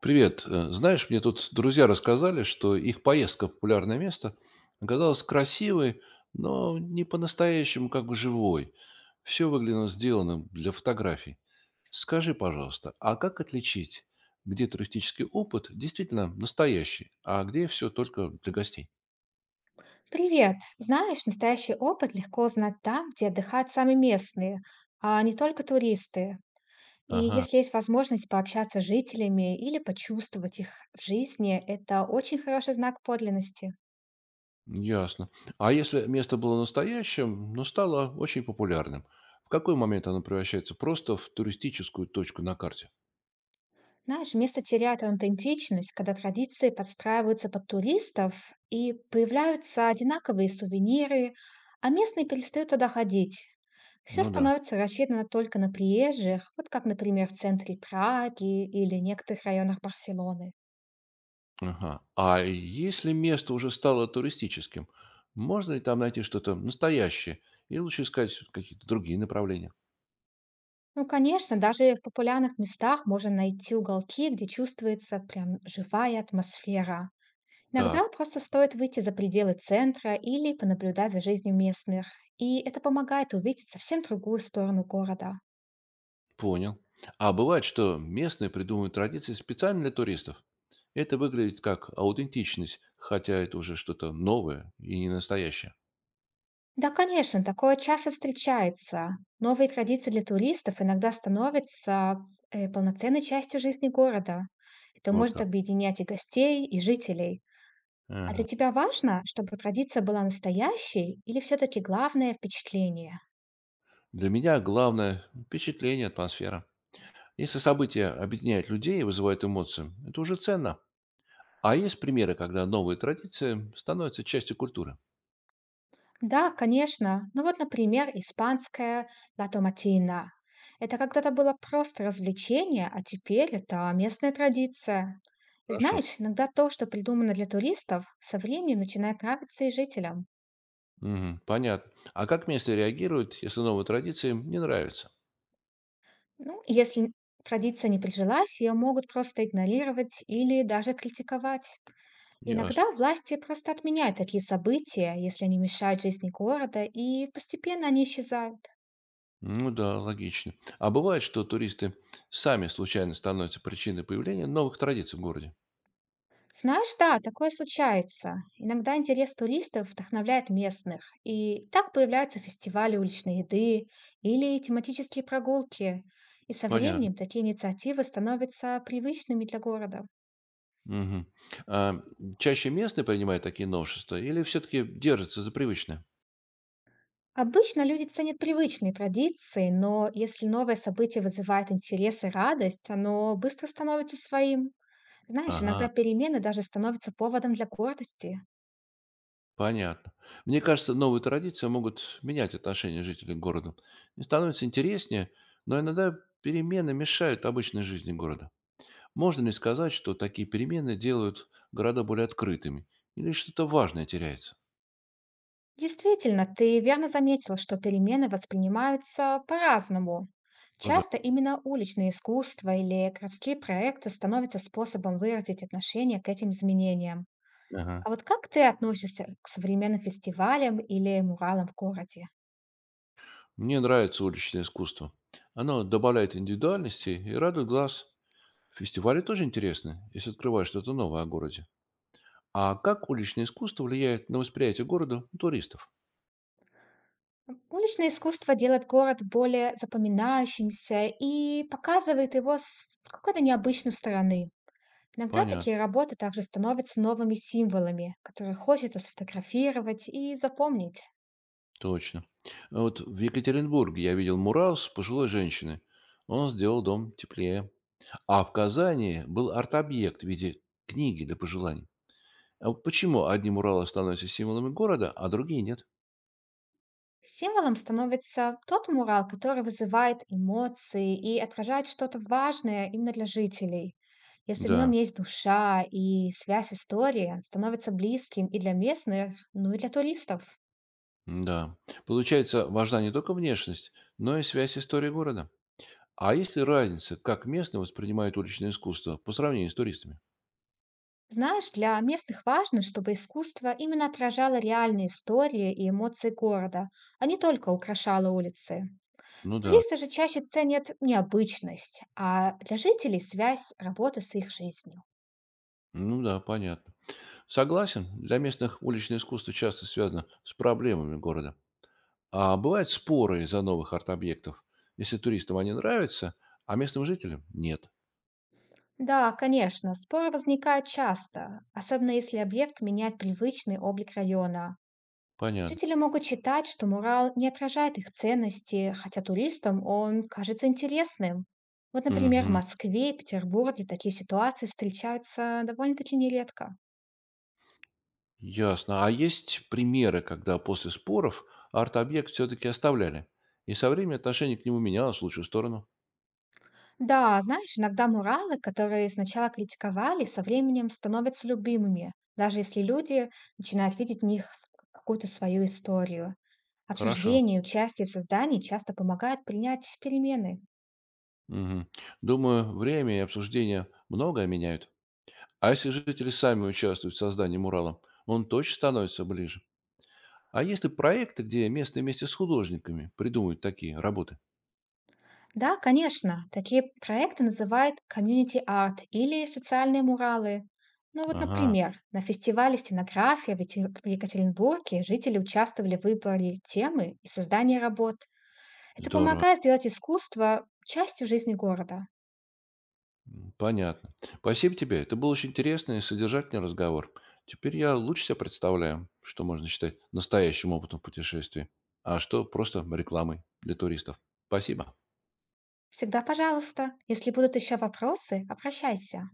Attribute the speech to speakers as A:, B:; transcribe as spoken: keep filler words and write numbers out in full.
A: Привет. Э, Знаешь, мне тут друзья рассказали, что их поездка в популярное место оказалась красивой, но не по-настоящему как бы живой. Все выглядело сделанным для фотографий. Скажи, пожалуйста, а как отличить, где туристический опыт действительно настоящий, а где все только для гостей?
B: Привет! Знаешь, настоящий опыт легко узнать там, где отдыхают сами местные, а не только туристы. И
A: Ага,
B: если есть возможность пообщаться с жителями или почувствовать их в жизни, это очень хороший знак подлинности.
A: ясно. А если место было настоящим, но стало очень популярным, в какой момент оно превращается просто в туристическую точку на карте?
B: Знаешь, место теряет аутентичность, когда традиции подстраиваются под туристов и появляются одинаковые сувениры, а местные перестают туда ходить. Все
A: Ну да.
B: становится рассчитано только на приезжих, вот как, например, в центре Праги или некоторых районах Барселоны.
A: Ага. А если место уже стало туристическим, можно ли там найти что-то настоящее? Или лучше искать какие-то другие направления?
B: Ну, конечно, даже в популярных местах можно найти уголки, где чувствуется прям живая атмосфера. Иногда
A: Так,
B: просто стоит выйти за пределы центра или понаблюдать за жизнью местных, и это помогает увидеть совсем другую сторону города.
A: понял. А бывает, что местные придумывают традиции специально для туристов. Это выглядит как аутентичность, хотя это уже что-то новое и не настоящее.
B: Да, конечно, такое часто встречается. Новые традиции для туристов иногда становятся э, полноценной частью жизни города. Это
A: Вот
B: может
A: как.
B: объединять и гостей, и жителей. А для
A: Ага.
B: тебя важно, чтобы традиция была настоящей или все-таки главное впечатление?
A: Для меня главное впечатление, атмосфера. Если события объединяют людей и вызывают эмоции, это уже ценно. А есть примеры, когда новые традиции становятся частью культуры.
B: Да, конечно. Ну вот, например, испанская la tomatina. Это когда-то было просто развлечение, а теперь это местная традиция. И
A: Хорошо.
B: знаешь, иногда то, что придумано для туристов, со временем начинает нравиться и жителям.
A: Мгм. Понятно. А как местные реагируют, если новые традиции им не нравятся?
B: Ну, и если традиция не прижилась, ее могут просто игнорировать или даже критиковать.
A: Ясно.
B: Иногда власти просто отменяют такие события, если они мешают жизни города, и постепенно они исчезают.
A: Ну да, логично. А бывает, что туристы сами случайно становятся причиной появления новых традиций в городе?
B: Знаешь, да, такое случается. Иногда интерес туристов вдохновляет местных, и так появляются фестивали уличной еды или тематические прогулки. И со
A: Понятно.
B: временем такие инициативы становятся привычными для города.
A: Мгм. А чаще местные принимают такие новшества или все-таки держатся за привычное?
B: Обычно люди ценят привычные традиции, но если новое событие вызывает интерес и радость, оно быстро становится своим. Знаешь, иногда
A: Ага,
B: перемены даже становятся поводом для гордости.
A: понятно. Мне кажется, новые традиции могут менять отношение жителей к городу. И становится интереснее, но иногда перемены мешают обычной жизни города. Можно ли сказать, что такие перемены делают города более открытыми? Или что-то важное теряется?
B: Действительно, ты верно заметила, что перемены воспринимаются по-разному.
A: Ну да.
B: Часто именно уличное искусство или городские проекты становятся способом выразить отношение к этим изменениям.
A: Ага.
B: А вот как ты относишься к современным фестивалям или муралам в городе?
A: Мне нравится уличное искусство. Оно добавляет индивидуальности и радует глаз. Фестивали тоже интересны, если открываешь что-то новое о городе. А как уличное искусство влияет на восприятие города у туристов?
B: Уличное искусство делает город более запоминающимся и показывает его с какой-то необычной стороны. Иногда
A: Понятно,
B: такие работы также становятся новыми символами, которые хочется сфотографировать и запомнить.
A: точно. А вот в Екатеринбурге я видел мурал с пожилой женщиной. Он сделал дом теплее. А в Казани был арт-объект в виде книги для пожеланий. А вот почему одни муралы становятся символами города, а другие нет?
B: Символом становится тот мурал, который вызывает эмоции и отражает что-то важное именно для жителей. Если в нем
A: Да,
B: есть душа и связь истории, становится близким и для местных, ну и для туристов.
A: да. Получается, важна не только внешность, но и связь истории города. А есть ли разница, как местные воспринимают уличное искусство по сравнению с туристами?
B: Знаешь, для местных важно, чтобы искусство именно отражало реальные истории и эмоции города, а не только украшало улицы.
A: Ну да,
B: Туристы же чаще ценят необычность, а для жителей связь работы с их жизнью.
A: ну да, понятно. Согласен, для местных уличное искусство часто связано с проблемами города. А бывают споры из-за новых арт-объектов, если туристам они нравятся, а местным жителям нет.
B: Да, конечно, споры возникают часто, особенно если объект меняет привычный облик района.
A: Понятно.
B: Жители могут считать, что мурал не отражает их ценности, хотя туристам он кажется интересным. Вот, например, в
A: Мгм.
B: Москве и Петербурге такие ситуации встречаются довольно-таки нередко.
A: Ясно. А есть примеры, когда после споров арт-объект все-таки оставляли, и со временем отношение к нему менялось в лучшую сторону?
B: Да, знаешь, иногда муралы, которые сначала критиковали, со временем становятся любимыми, даже если люди начинают видеть в них с- какую-то свою историю.
A: Хорошо.
B: Обсуждение и участие в создании часто помогают принять перемены.
A: Мгм. Думаю, время и обсуждение многое меняют. А если жители сами участвуют в создании мурала, он точно становится ближе. А есть ли проекты, где местные вместе с художниками придумывают такие работы?
B: Да, конечно, такие проекты называют комьюнити-арт или социальные муралы. Ну вот,
A: Ага,
B: например, на фестивале «Стенография» в Екатер- в Екатеринбурге жители участвовали в выборе темы и создании работ. Это
A: здорово.
B: помогает сделать искусство частью жизни города.
A: М, Понятно. Спасибо тебе. Это был очень интересный и содержательный разговор. Теперь я лучше себе представляю, что можно считать настоящим опытом путешествий, а что просто рекламой для туристов. Спасибо.
B: Всегда пожалуйста. Если будут еще вопросы, обращайся.